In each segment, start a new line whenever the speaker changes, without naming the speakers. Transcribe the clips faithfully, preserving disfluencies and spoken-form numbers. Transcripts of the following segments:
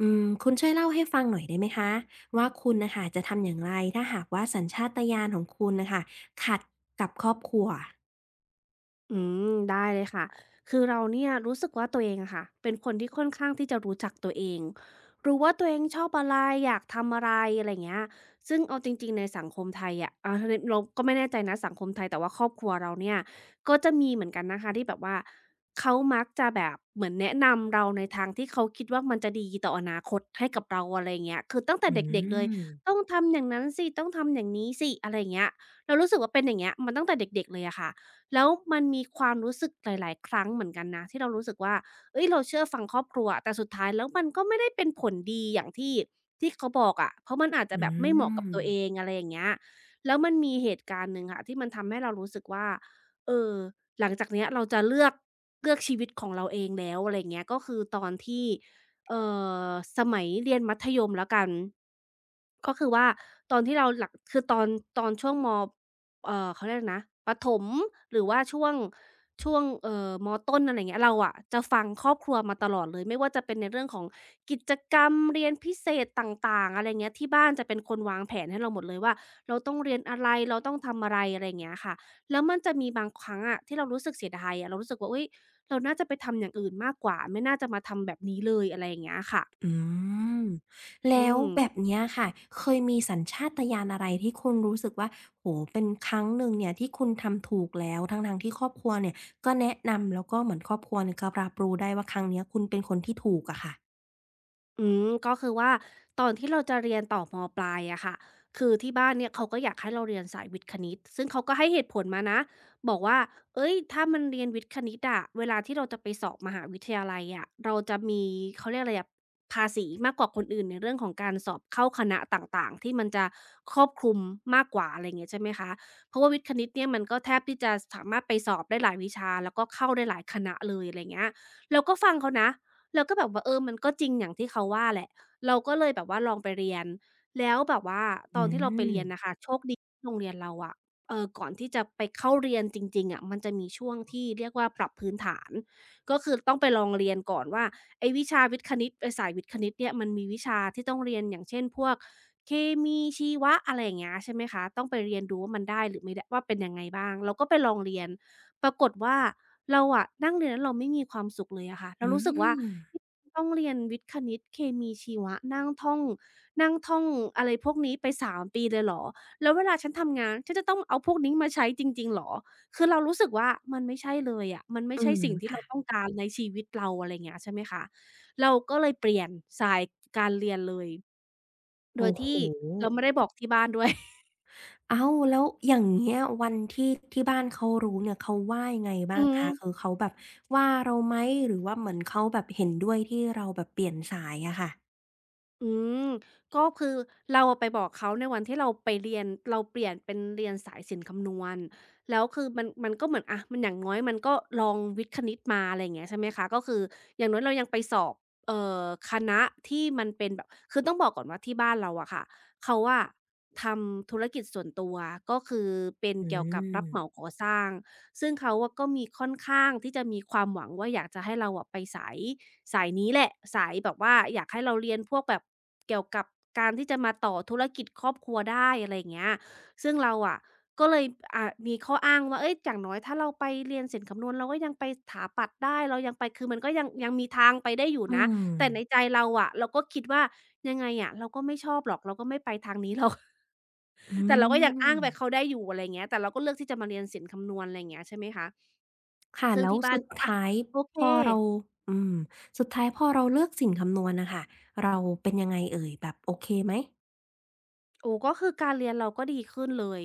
อืมคุณช่วยเล่าให้ฟังหน่อยได้ไหมคะว่าคุณน่ะค่ะจะทำอย่างไรถ้าหากว่าสัญชาตญาณของคุณน่ะค่ะขัดกับครอบครัว
อืมได้เลยค่ะคือเราเนี่ยรู้สึกว่าตัวเองอะค่ะเป็นคนที่ค่อนข้างที่จะรู้จักตัวเองรู้ว่าตัวเองชอบอะไรอยากทำอะไรอะไรเงี้ยซึ่งเอาจริงๆในสังคมไทยอะอ่าในเราก็ไม่แน่ใจนะสังคมไทยแต่ว่าครอบครัวเราเนี่ยก็จะมีเหมือนกันนะคะที่แบบว่าเขามักจะแบบเหมือนแนะนำเราในทางที่เขาคิดว่ามันจะดีต่ออนาคตให้กับเราอะไร่เงี้ยคือตั้งแต่
อื
เด็กๆเลย
ม
ต้องทำอย่างนั้นสิต้องทำอย่างนี้สิอะไราเงี้ยเรารู้สึกว่าเป็นอย่างเงี้ยมาตั้งแต่เด็กๆเลยอะค่ะ แล้วมันมีความรู้สึกหลายๆครั้งเหมือนกันนะที่เรารู้สึกว่าเฮ้ยเราเชื่อฟังครอบครัวแต่สุดท้ายแล้วมันก็ไม่ได้เป็นผลดีอย่างที่ที่เขาบอกอะเพราะมันอาจจะ
อื
แบบไม่
ม
เหมาะกับตัวเองอะไรอย่างเงี้ยแล้วมันมีเหตุการณ์หนึ่งค่ะที่มันทำให้เรารู้สึกว่าเออหลังจากเนี้ยเราจะเลือกเลือกชีวิตของเราเองแล้วอะไรอย่างเงี้ยก็คือตอนที่เอ่อสมัยเรียนมัธยมแล้วกันก็คือว่าตอนที่เราหลักคือตอนตอนช่วงม เอ่อเขาเรียกนะประถมหรือว่าช่วงช่วงเอ่อมต้นอะไรอย่างเงี้ยเราอะจะฟังครอบครัวมาตลอดเลยไม่ว่าจะเป็นในเรื่องของกิจกรรมเรียนพิเศษต่างๆอะไรเงี้ยที่บ้านจะเป็นคนวางแผนให้เราหมดเลยว่าเราต้องเรียนอะไรเราต้องทำอะไรอะไรอย่างเงี้ยค่ะแล้วมันจะมีบางครั้งอะที่เรารู้สึกเสียดายอะเรารู้สึกว่าอุ๊ยเราน่าจะไปทำอย่างอื่นมากกว่าไม่น่าจะมาทำแบบนี้เลยอะไรอย่างเงี้ยค่ะ
อืมแล้
อื
ว
ม
แบบเนี้ยค่ะเคยมีสัญชาตญาณอะไรที่คุณรู้สึกว่าโอ้โฮเป็นครั้งหนึ่งเนี่ยที่คุณทำถูกแล้วทั้งๆที่ครอบครัวเนี่ยก็แนะนำแล้วก็เหมือนครอบครัวเนี่ยก็รับรู้ได้ว่าครั้งเนี้ยคุณเป็นคนที่ถูกอะค่ะ
อืมก็คือว่าตอนที่เราจะเรียนต่อมปลายอะค่ะคือที่บ้านเนี่ยเขาก็อยากให้เราเรียนสายวิทย์คณิตซึ่งเขาก็ให้เหตุผลมานะบอกว่าเอ้ยถ้ามันเรียนวิทย์คณิตอะเวลาที่เราจะไปสอบมหาวิทยาลัยอะเราจะมีเขาเรียกอะไรอะภาษีมากกว่าคนอื่นในเรื่องของการสอบเข้าคณะต่างๆที่มันจะครอบคลุมมากกว่าอะไรเงี้ยใช่ไหมคะเพราะว่าวิทย์คณิตเนี่ยมันก็แทบที่จะสามารถไปสอบได้หลายวิชาแล้วก็เข้าได้หลายคณะเลยอะไรเงี้ยเราก็ฟังเขานะ เราก็แบบว่าเออมันก็จริงอย่างที่เขาว่าแหละเราก็เลยแบบว่าลองไปเรียนแล้วแบบว่าตอ
อื
นที่เราไป
ม
เรียนน่ะค่ะโชคดีที่โรงเรียนเราอะเอ่อก่อนที่จะไปเข้าเรียนจริงๆอะมันจะมีช่วงที่เรียกว่าปรับพื้นฐานก็คือต้องไปลองเรียนก่อนว่าไอ้วิชาวิทย์คณิตไอ้สายวิทย์คณิตเนี่ยมันมีวิชาที่ต้องเรียนอย่างเช่นพวกเคมีชีวะอะไรอย่างเงี้ยใช่ไหมคะต้องไปเรียนดูว่ามันได้หรือไม่ได้ว่าเป็นยังไงบ้างเราก็ไปลองเรียนปรากฏว่า เราอะนั่งเรียนแล้วเราไม่มีความสุขเลยอะค่ะเรา
อื
รู้สึกว่า
ม
ต้องเรียนวิทย์คณิตเคมีชีวะนั่งท่องนั่งท่องอะไรพวกนี้ไปสามปีเลยเหรอแล้วเวลาฉันทำงานฉันจะต้องเอาพวกนี้มาใช้จริงๆเหรอคือเรารู้สึกว่ามันไม่ใช่เลยอะมันไม่
อื
ใช่
ม
สิ่งที่
ค่ะ
เราต้องการในชีวิตเราอะไรอย่างเงี้ยใช่ไหมคะเราก็เลยเปลี่ยนสายการเรียนเลยโด
โอ้
ย
โฮ
ที่เราไม่ได้บอกที่บ้านด้วย
อ้าวแล้วอย่างเงี้ยวันที่ที่บ้านเขารู้เนี่ยเขาว่ายังไง บ้า
อื
ง
อฮึ
คะคือเขาแบบว่าเราไหมหรือว่าเหมือนเขาแบบเห็นด้วยที่เราแบบเปลี่ยนสายอะค่ะ
อืมก็คือเราอะไปบอกเขาในวันที่เราไปเรียนเราเปลี่ยนเป็นเรียนสายศิลป์คำนวณแล้วคือมันมันก็เหมือนอะมันอย่างน้อยมันก็ลองวิทย์คณิตมาอะไรอย่างเงี้ยใช่ไหมคะก็คืออย่างน้อยเรายังไปสอบเอ่อคณะที่มันเป็นแบบคือต้องบอกก่อนว่าที่บ้านเราอะค่ะเขาอะทำธุรกิจส่วนตัวก็คือเป็น
อื
เกี่ยวกับ
ม
รับเหมาก่อสร้างซึ่งเขาอะก็มีค่อนข้างที่จะมีความหวังว่าอยากจะให้เราอะไปสาย สายนี้แหละสายแบบว่าอยากให้เราเรียนพวกแบบเกี่ยวกับการที่จะมาต่อธุรกิจครอบครัวได้อะไรอย่างเงี้ยซึ่งเราอะก็เลยอ่ามีข้ออ้างว่าเฮ้ยอย่างน้อยถ้าเราไปเรียนศิลป์คำนวณเราก็ยังไปสถาปัตย์ได้เรายังไปคือมันก็ยังยังมีทางไปได้อยู่
อื
นะ
ม
แต่ในใจเราอะเราก็คิดว่ายังไงอะเราก็ไม่ชอบหรอกเราก็ไม่ไปทางนี้หรอก
อื
แต่เราก็ยัง
ม
อ้างแบบเขาได้อยู่อะไรอย่างเงี้ยแต่เราก็เลือกที่จะมาเรียนศิลป์คำนวณอะไรอย่างเงี้ยใช่ไหมคะ
ค่ะ
ซึ่ง
แล้ว
ที่บ้า
สุ
น
ด
ก็อะ
ท้าย
โอเค
พอเราอืมสุดท้ายพอเราเลือกสิ่งคำนวณน่ะค่ะเราเป็นยังไงเอ่ยแบบโอเคไหม
โอ้ก็คือการเรียนเราก็ดีขึ้นเลย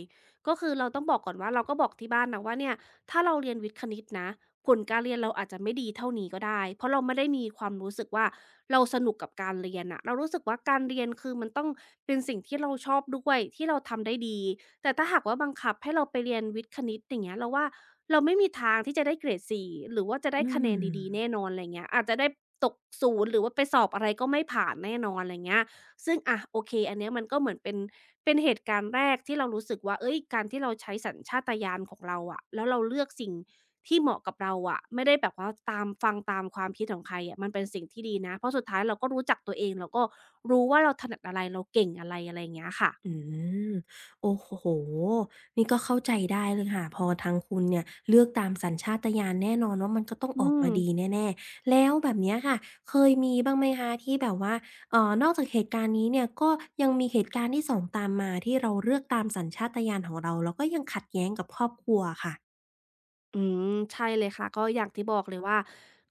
ก็คือเราต้องบอกก่อนว่าเราก็บอกที่บ้านนะว่าเนี่ยถ้าเราเรียนวิทย์คณิตนะผลการเรียนเราอาจจะไม่ดีเท่านี้ก็ได้เพราะเราไม่ได้มีความรู้สึกว่าเราสนุกกับการเรียนน่ะเรารู้สึกว่าการเรียนคือมันต้องเป็นสิ่งที่เราชอบด้วยที่เราทำได้ดีแต่ถ้าหากว่าบังคับให้เราไปเรียนวิทย์คณิตอย่างเงี้ยเราว่าเราไม่มีทางที่จะได้เกรดสี่หรือว่าจะได้
อื
คะแนนดีๆ
ม
แน่นอนอะไรเงี้ยอาจจะได้ตกศูนย์หรือว่าไปสอบอะไรก็ไม่ผ่านแน่นอนอะไรเงี้ย ซึ่งอ่ะโอเคอันเนี้ยมันก็เหมือนเป็นเป็นเหตุการณ์แรกที่เรารู้สึกว่าเอ้ยการที่เราใช้สัญชาตญาณของเราอะแล้วเราเลือกสิ่งที่เหมาะกับเราอะไม่ได้แบบว่าตามฟังตามความคิดของใครอะมันเป็นสิ่งที่ดีนะเพราะสุดท้ายเราก็รู้จักตัวเองเราก็รู้ว่าเราถนัดอะไรเราเก่งอะไรอะไรอย่างเงี้ยค่ะ
อืมโอ้โหนี่ก็เข้าใจได้เลยค่ะพอทางคุณเนี่ยเลือกตามสัญชาตญาณแน่นอนว่ามันก็ต้อง
อื
ออก
ม
มาดีแน่ๆแล้วแบบเนี้ยค่ะเคยมีบ้างไหมคะที่แบบว่าเอ่อนอกจากเหตุการณ์นี้เนี่ยก็ยังมีเหตุการณ์ที่สองตามมาที่เราเลือกตามสัญชาตญาณของเราแล้วก็ยังขัดแย้งกับครอบครัวะค่ะ
อืมใช่เลยค่ะก็อย่างที่บอกเลยว่า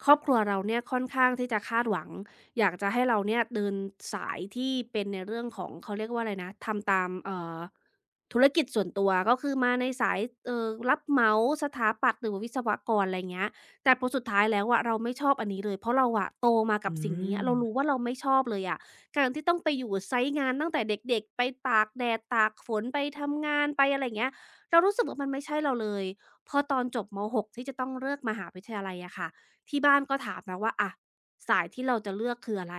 ครอบครัวเราเนี่ยค่อนข้างที่จะคาดหวังอยากจะให้เราเนี่ยเดินสายที่เป็นในเรื่องของเขาเรียกว่าอะไรนะทำตามเอ่อธุรกิจส่วนตัวก็คือมาในสายเอ่อรับเหมาสถาปัตย์หรือวิศวกรอะไรเงี้ยแต่พอสุดท้ายแล้วอะเราไม่ชอบอันนี้เลยเพราะเราอะโตมากั
อื
บสิ่งนี้
ม
เรารู้ว่าเราไม่ชอบเลยอะการที่ต้องไปอยู่ไซต์งานตั้งแต่เด็กๆไปตากแดดตากฝนไปทำงานไปอะไรเงี้ยเรารู้สึกว่ามันไม่ใช่เราเลย พอตอนจบมหกที่จะต้องเลือกมหาวิทยาลัยอะค่ะที่บ้านก็ถามนะว่าอะสายที่เราจะเลือกคืออะไร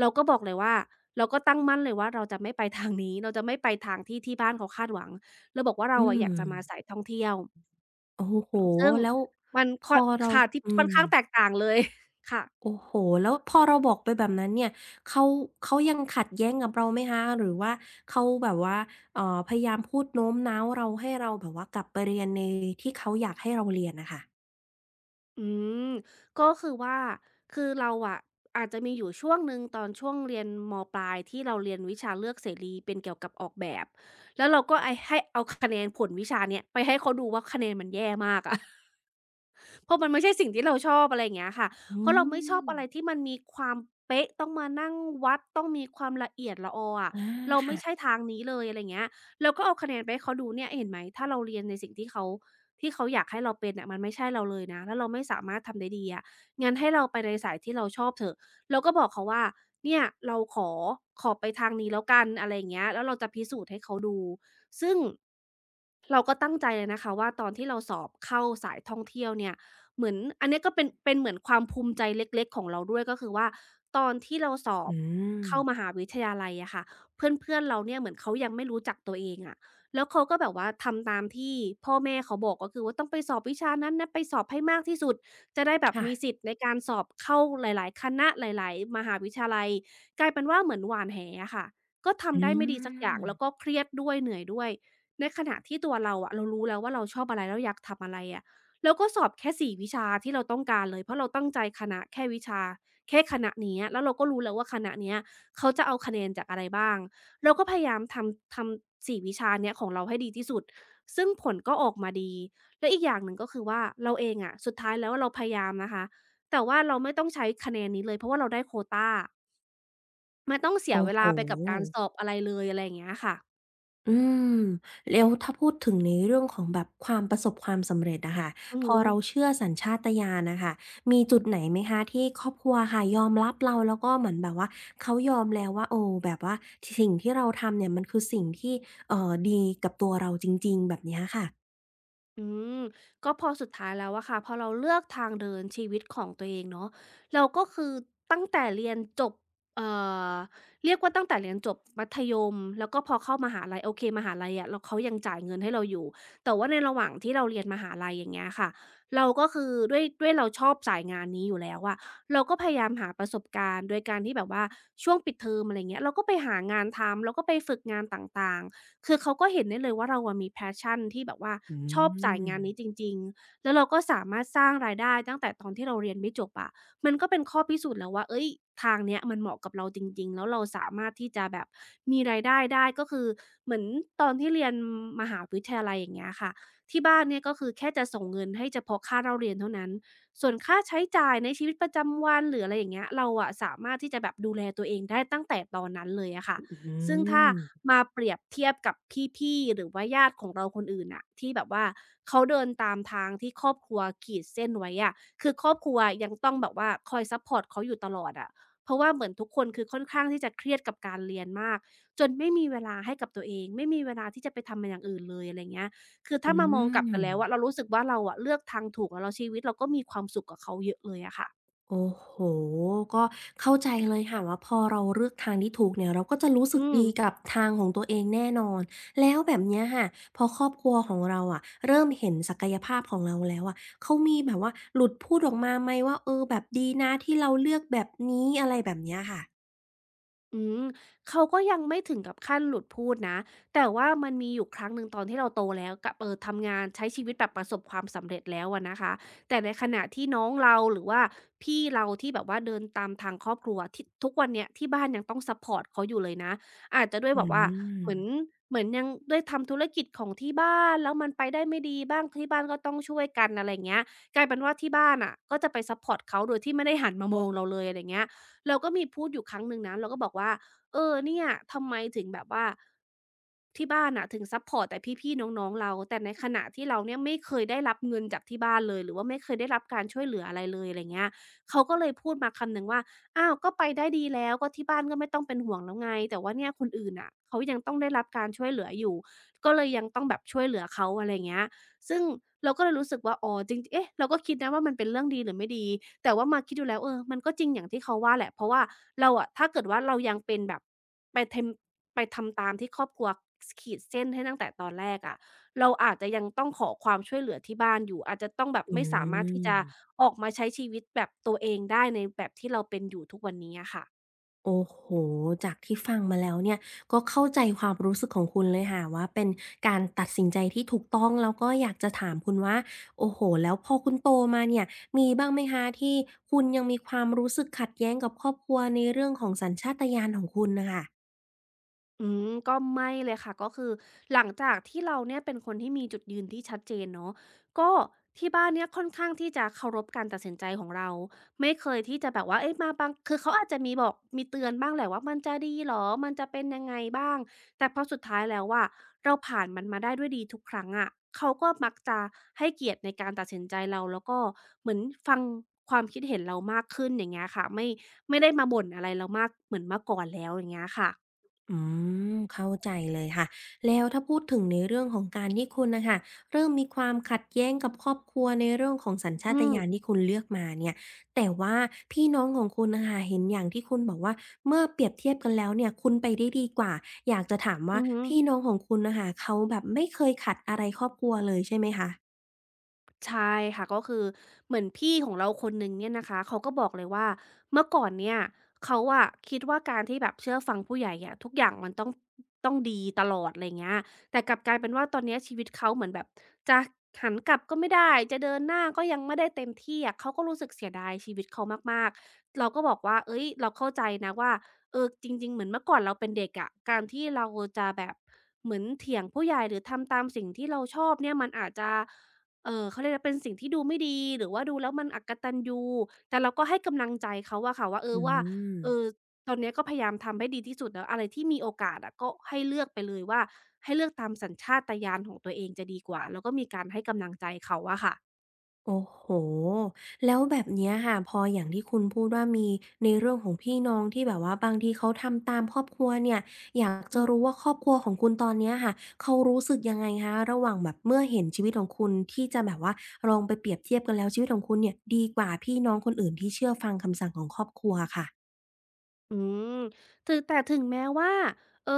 เราก็บอกเลยว่าเราก็ตั้งมั่นเลยว่าเราจะไม่ไปทางนี้ เราจะไม่ไปทางที่ที่บ้านเขาคาดหวังเราบอกว่า
อื
เราอะ
ม
อยากจะมาสายท่องเที่ยว
โอ้โห
ซึ่ง
แล้ว
มัน
พ
ค่อ
อ
น
เรา
ค่ะที่
อื
ค่อน
ม
ข้างแตกต่างเลย ค่ะ
โอ้โฮแล้วพอเราบอกไปแบบนั้นเนี่ยเขาเขายังขัดแย้งกับเราไหมคะ หรือว่าเขาแบบว่าเอ่อพยายามพูดโน้มน้าวเราให้เราแบบว่ากลับไปเรียนในที่เขาอยากให้เราเรียนน่ะค่ะ
อืมก็คือว่าคือเราอะอาจจะมีอยู่ช่วงหนึ่งตอนช่วงเรียนมปลายที่เราเรียนวิชาเลือกเสรีเป็นเกี่ยวกับออกแบบแล้วเราก็ไอให้เอาคะแนนผลวิชาเนี้ยไปให้เขาดูว่าคะแนนมันแย่มากอะ เพราะมันไม่ใช่สิ่งที่เราชอบอะไรอย่างเงี้ยค่ะ
อื
เพราะเราไม่ชอบ
ม
อะไรที่มันมีความเป๊ะต้องมานั่งวัดต้องมีความละเอียดลอออะ
อา
เรา
ค่ะ
ไม่ใช่ทางนี้เลยอะไรอย่างเงี้ยเราก็เอาคะแนนไปให้เขาดูเนี่ยเห็นไหมถ้าเราเรียนในสิ่งที่เขาที่เขาอยากให้เราเป็นน่ะมันไม่ใช่เราเลยนะแล้วเราไม่สามารถทำได้ดีอะงั้นให้เราไปในสายที่เราชอบเถอะเราก็บอกเขาว่าเนี่ยเราขอขอไปทางนี้แล้วกันอะไรอย่างเงี้ยแล้วเราจะพิสูจน์ให้เขาดูซึ่งเราก็ตั้งใจเลยนะคะว่าตอนที่เราสอบเข้าสายท่องเที่ยวเนี่ย เหมือนอันเนี้ยก็เป็นเป็นเหมือนความภูมิใจเล็กๆของเราด้วยก็คือว่าตอนที่เราสอ
อื
บ
ม
เข้ามหาวิทยาลัยอะค่ะเพื่อนๆเราเนี่ยเหมือนเขายังไม่รู้จักตัวเองอะแล้วเขาก็แบบว่าทำตามที่พ่อแม่เขาบอกก็คือว่าต้องไปสอบวิชานั้นนะไปสอบให้มากที่สุดจะได้แบบมีสิ
ค่ะ
ทธิ์ในการสอบเข้าหลายๆคณะหลายๆมหาวิทยาลัยกลายเป็นว่าเหมือนหว่านแหอะค่ะก็
อื
ทำได้ไม่ดีสักอย่างแล้วก็
ม
เครียดด้วยเหนื่อยด้วยในขณะที่ตัวเราอะเรารู้แล้วว่าเราชอบอะไรเราอยากทำอะไรอะ แล้วก็สอบแค่สี่วิชาที่เราต้องการเลยเพราะเราตั้งใจคณะแค่วิชาแค่คณะเนี้ยแล้วเราก็รู้แล้วว่าคณะเนี้ยเขาจะเอาคะแนนจากอะไรบ้างเราก็พยายามทำทำสี่วิชาเนี้ยของเราให้ดีที่สุดซึ่งผลก็ออกมาดีแล้วอีกอย่างหนึ่งก็คือว่าเราเองอะสุดท้ายแล้วเราพยายามนะคะแต่ว่าเราไม่ต้องใช้คะแนนนี้เลยเพราะว่าเราได้โควตาไม่ต้องเสีย
โอ้
เว
โฮ
ลาไปกับการสอบอะไรเลยอะไรอย่างเงี้ยค่ะ
อืมแล้วถ้าพูดถึงในเรื่องของแบบความประสบความสำเร็จอะค่ะ
อือ
พอ
ฮึ
เราเชื่อสัญชาตญาณน่ะค่ะมีจุดไหนไหมคะที่ครอบครัวค่ะยอมรับเราแล้วก็เหมือนแบบว่าเขายอมแล้วว่าโอ้แบบว่าสิ่งที่เราทำเนี่ยมันคือสิ่งที่เอ่อดีกับตัวเราจริงๆแบบเนี้ยค่ะ
อืมก็พอสุดท้ายแล้วอะค่ะพอเราเลือกทางเดินชีวิตของตัวเองเนาะเราก็คือตั้งแต่เรียนจบเอ่อเรียกว่าตั้งแต่เรียนจบมัธยมแล้วก็พอเข้ามหาลัยโอเคมหาลัยอะเราเขายังจ่ายเงินให้เราอยู่แต่ว่าในระหว่างที่เราเรียนมหาลัยอย่างเงี้ยค่ะเราก็คือด้วยด้วยเราชอบสายงานนี้อยู่แล้วอะเราก็พยายามหาประสบการณ์โดยการที่แบบว่าช่วงปิดเทอมอะไรเงี้ยเราก็ไปหางานทำเราก็ไปฝึกงานต่างๆ คือเขาก็เห็นได้เลยว่าเราอะมี passion ที่แบบว่า
อื
ชอบสาย
ม
งานนี้จริงๆแล้วเราก็สามารถสร้างรายได้ตั้งแต่ตอนที่เราเรียนไม่จบอะมันก็เป็นข้อพิสูจน์แล้วว่าเฮ้ยทางเนี้ยมันเหมาะกับเราจริงๆ แล้วเราสามารถที่จะแบบมีรายได้ได้ก็คือเหมือนตอนที่เรียนมหาวิทยาลัยอย่างเงี้ยค่ะที่บ้านเนี่ยก็คือแค่จะส่งเงินให้เฉพาะค่าเล่าเรียนเท่านั้นส่วนค่าใช้จ่ายในชีวิตประจำวันหรืออะไรอย่างเงี้ยเราอะสามารถที่จะแบบดูแลตัวเองได้ตั้งแต่ตอนนั้นเลยอะค่ะ
อื
ซึ่งถ้า
ม
มาเปรียบเทียบกับพี่ๆ หรือว่าญาติของเราคนอื่นน่ะที่แบบว่าเขาเดินตามทางที่ครอบครัวขีดเส้นไว้อะคือครอบครัวยังต้องแบบว่าคอยซัปพอร์ตเขาอยู่ตลอดอะเพราะว่าเหมือนทุกคนคือค่อนข้างที่จะเครียดกับการเรียนมากจนไม่มีเวลาให้กับตัวเองไม่มีเวลาที่จะไปทำมันอย่างอื่นเลยอะไรเงี้ยคือ
อื
ถ้ามามองกลับกันแล้วอะเรา
ม
รู้สึกว่าเราอะเลือกทางถูกแล้วแล้วชีวิตเราก็มีความสุขกับเขาเยอะเลยอะค่ะ
โอ้โฮก็เข้าใจเลยค่ะว่าพอเราเลือกทางที่ถูกเนี่ยเราก็จะรู้สึ
อื
ก
ม
ดีกับทางของตัวเองแน่นอนแล้วแบบเนี้ยค่ะพอครอบครัวของเราอะเริ่มเห็นศักยภาพของเราแล้วอะเขามีแบบว่าหลุดพูดออกมาไหมว่าเออแบบดีนะที่เราเลือกแบบนี้อะไรแบบเนี้ยค่ะ
อืมเขาก็ยังไม่ถึงกับขั้นหลุดพูดนะแต่ว่ามันมีอยู่ครั้งหนึ่งตอนที่เราโตแล้วกับเออทำงานใช้ชีวิตแบบประสบความสำเร็จแล้วอะนะคะแต่ในขณะที่น้องเราหรือว่าพี่เราที่แบบว่าเดินตามทางครอบครัวที่ทุกวันเนี้ยที่บ้านยังต้องซัพพอร์ตเขาอยู่เลยนะอาจจะด้วย
อื
แบบว่าเห
ม
มือนเหมือนยังด้วยทำธุรกิจของที่บ้านแล้วมันไปได้ไม่ดีบ้างที่บ้านก็ต้องช่วยกันอะไร่เงี้ยกลายเป็นว่าที่บ้านอ่ะก็จะไปซัพพอร์ตเขาโดยที่ไม่ได้หันมามองเราเลยอะไรเงี้ย เราก็มีพูดอยู่ครั้งหนึ่งนะเราก็บอกว่าเออเนี่ยทำไมถึงแบบว่าที่บ้านน่ะถึงซัปพอร์ตแต่พี่ๆน้องๆเราแต่ในขณะที่เราเนี่ยไม่เคยได้รับเงินจากที่บ้านเลยหรือว่าไม่เคยได้รับการช่วยเหลืออะไรเลยอะไรเงี้ยเขาก็เลยพูดมาคำหนึ่งว่าอ้าวก็ไปได้ดีแล้วก็ที่บ้านก็ไม่ต้องเป็นห่วงแล้วไงแต่ว่าเนี่ยคนอื่นน่ะเขายังต้องได้รับการช่วยเหลืออยู่ก็เลยยังต้องแบบช่วยเหลือเขาอะไรเงี้ย ซึ่งเราก็เลยรู้สึกว่าอ๋อจริงเอ๊ะเราก็คิดนะว่ามันเป็นเรื่องดีหรือไม่ดีแต่ว่ามาคิดดูแล้วเออมันก็จริงอย่างที่เขาว่าแหละเพราะว่าเราอะถ้าเกิดว่าเรายังเป็นแบบไปเทมไปทำตามที่ครอบครัวสขีดเส้นให้ตั้งแต่ตอนแรกอะเราอาจจะยังต้องขอความช่วยเหลือที่บ้านอยู่อาจจะต้องแบบ
อื
ไม่สามารถที่จะ
ม
ออกมาใช้ชีวิตแบบตัวเองได้ในแบบที่เราเป็นอยู่ทุกวันนี้อะค่ะ
โอ้โห จากที่ฟังมาแล้วเนี่ยก็เข้าใจความรู้สึกของคุณเลยค่ะว่าเป็นการตัดสินใจที่ถูกต้องแล้วก็อยากจะถามคุณว่าโอ้โฮแล้วพอคุณโตมาเนี่ยมีบ้างไหมคะที่คุณยังมีความรู้สึกขัดแย้งกับครอบครัวในเรื่องของสัญชาตญาณของคุณน่ะค่ะ
อืมก็ไม่เลยค่ะก็คือหลังจากที่เราเนี่ยเป็นคนที่มีจุดยืนที่ชัดเจนเนาะก็ที่บ้านเนี่ยค่อนข้างที่จะเคารพการตัดสินใจของเราไม่เคยที่จะแบบว่าเอ๊ะมาบางคือเขาอาจจะมีบอกมีเตือนบ้างแหละว่ามันจะดีเหรอมันจะเป็นยังไงบ้างแต่พอสุดท้ายแล้วอะเราผ่านมันมาได้ด้วยดีทุกครั้งอะเขาก็มักจะให้เกียรติในการตัดสินใจเราแล้วก็เหมือนฟังความคิดเห็นเรามากขึ้นอย่างเงี้ยค่ะไม่ไม่ได้มาบ่นอะไรเรามากเหมือนเมื่อก่อนแล้วอย่างเงี้ยค่ะ
อืมเข้าใจเลยค่ะแล้วถ้าพูดถึงในเรื่องของการที่คุณน่ะค่ะเริ่มมีความขัดแย้งกับครอบครัวในเรื่องของสัญชา
อื
ต
ม
ญาณที่คุณเลือกมาเนี่ยแต่ว่าพี่น้องของคุณน่ะค่ะเห็นอย่างที่คุณบอกว่าเมื่อเปรียบเทียบกันแล้วเนี่ยคุณไปได้ดีกว่าอยากจะถามว่า
อือฮึ
พี่น้องของคุณน่ะค่ะเขาแบบไม่เคยขัดอะไรครอบครัวเลยใช่ไหมคะ
ใช่ค่ะก็คือเหมือนพี่ของเราคนหนึ่งเนี่ยนะคะเขาก็บอกเลยว่าเมื่อก่อนเนี่ยเขาอะคิดว่าการที่แบบเชื่อฟังผู้ใหญ่อะทุกอย่างมันต้องต้องดีตลอดอะไรเงี้ยแต่กลับกลายเป็นว่าตอนเนี้ยชีวิตเขาเหมือนแบบจะหันกลับก็ไม่ได้จะเดินหน้าก็ยังไม่ได้เต็มที่อะเขาก็รู้สึกเสียดายชีวิตเขามากๆเราก็บอกว่าเฮ้ยเราเข้าใจนะว่าเออจริงๆเหมือนเมื่อก่อนเราเป็นเด็กอะการที่เราจะแบบเหมือนเถียงผู้ใหญ่หรือทำตามสิ่งที่เราชอบเนี่ยมันอาจจะ เอ่อเขาเรียกอะไรเป็นสิ่งที่ดูไม่ดีหรือว่าดูแล้วมันอกตัญญูแต่เราก็ให้กำลังใจเขาอะค่ะว่าเอ
อื
อว่า
ม
เออตอนเนี้ยก็พยายามทำให้ดีที่สุดแล้วอะไรที่มีโอกาสอะก็ให้เลือกไปเลยว่าให้เลือกตามสัญชาตญาณของตัวเองจะดีกว่าแล้วก็มีการให้กำลังใจเขาอะค่ะ
โอ้โหแล้วแบบเนี้ยค่ะพออย่างที่คุณพูดว่ามีในเรื่องของพี่น้องที่แบบว่าบางทีเขาทำตามครอบครัวเนี่ยอยาก
อื
จะ
ม
รู้ว่าครอบครัวของคุณตอนเนี้ยค่ะเขารู้สึกยังไงคะระหว่างแบบเมื่อเห็นชีวิตของคุณที่จะแบบว่าลองไปเปรียบเทียบกันแล้วชีวิตของคุณเนี่ยดีกว่าพี่น้องคนอื่นที่เชื่อฟังคำสั่งของครอบครัวค่ะ
อืมถึงแต่ถึงแม้ว่าเอ่อ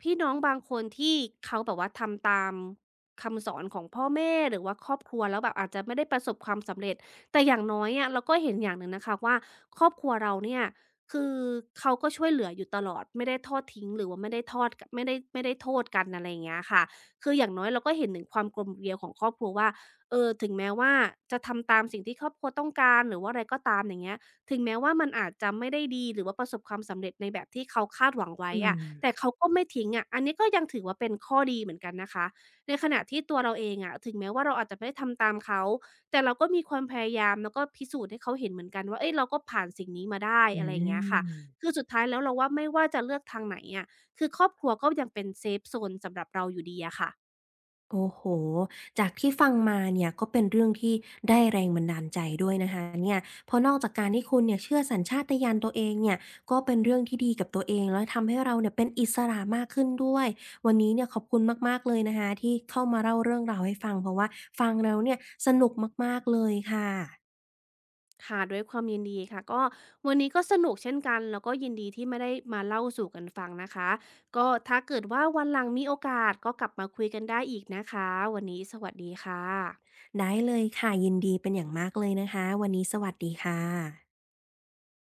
พี่น้องบางคนที่เขาแบบว่าทำตามคำสอนของพ่อแม่หรือว่าครอบครัวแล้วแบบอาจจะไม่ได้ประสบความสำเร็จแต่อย่างน้อยอะเราก็เห็นอย่างหนึ่งนะคะว่าครอบครัวเราเนี่ยคือเขาก็ช่วยเหลืออยู่ตลอดไม่ได้ทอดทิ้งหรือว่าไม่ได้ทอดกไม่ได้ไม่ได้โทษกันอะไรอย่างเงี้ยค่ะคืออย่างน้อยเราก็เห็นถึงความกลมเกลียวของครอบครัวว่าเออถึงแม้ว่าจะทำตามสิ่งที่ครอบครัวต้องการหรือว่าอะไรก็ตามอย่างเงี้ย ถึงแม้ว่ามันอาจจะไม่ได้ดีหรือว่าประสบความสำเร็จในแบบที่เขาคาดหวังไว้
อื
อะ
ม
แต่เขาก็ไม่ทิ้งอะอันนี้ก็ยังถือว่าเป็นข้อดีเหมือนกันนะคะ ในขณะที่ตัวเราเองอะถึงแม้ว่าเราอาจจะไม่ได้ทำตามเขา แต่เราก็มีความพยายามแล้วก็พิสูจน์ให้เขาเห็นเหมือนกันว่าเฮ้ยเราก็ผ่านสิ่งนี้มาได้
อื
อะไรอย่างเงี้ยค่ะ
ม
คือสุดท้ายแล้วเราว่าไม่ว่าจะเลือกทางไหนอะคือครอบครัวก็ยังเป็นเซฟโซนสำหรับเราอยู่ดีอะค่ะ
โอ้โห จากที่ฟังมาเนี่ยก็เป็นเรื่องที่ได้แรงบันดาลใจด้วยนะคะเนี่ยเพราะนอกจากการที่คุณเนี่ยเชื่อสัญชาตญาณตัวเองเนี่ยก็เป็นเรื่องที่ดีกับตัวเองแล้วทำให้เราเนี่ยเป็นอิสระมากขึ้นด้วยวันนี้เนี่ยขอบคุณมากๆเลยนะคะที่เข้ามาเล่าเรื่องราวให้ฟังเพราะว่าฟังแล้วเนี่ยสนุกมากๆเลยค่ะ
ค่ะด้วยความยินดีค่ะก็วันนี้ก็สนุกเช่นกันแล้วก็ยินดีที่ไม่ได้มาเล่าสู่กันฟังนะคะก็ถ้าเกิดว่าวันหลังมีโอกาสก็กลับมาคุยกันได้อีกนะคะวันนี้สวัสดีค่ะ
ได้เลยค่ะยินดีเป็นอย่างมากเลยนะคะวันนี้สวัสดีค่ะ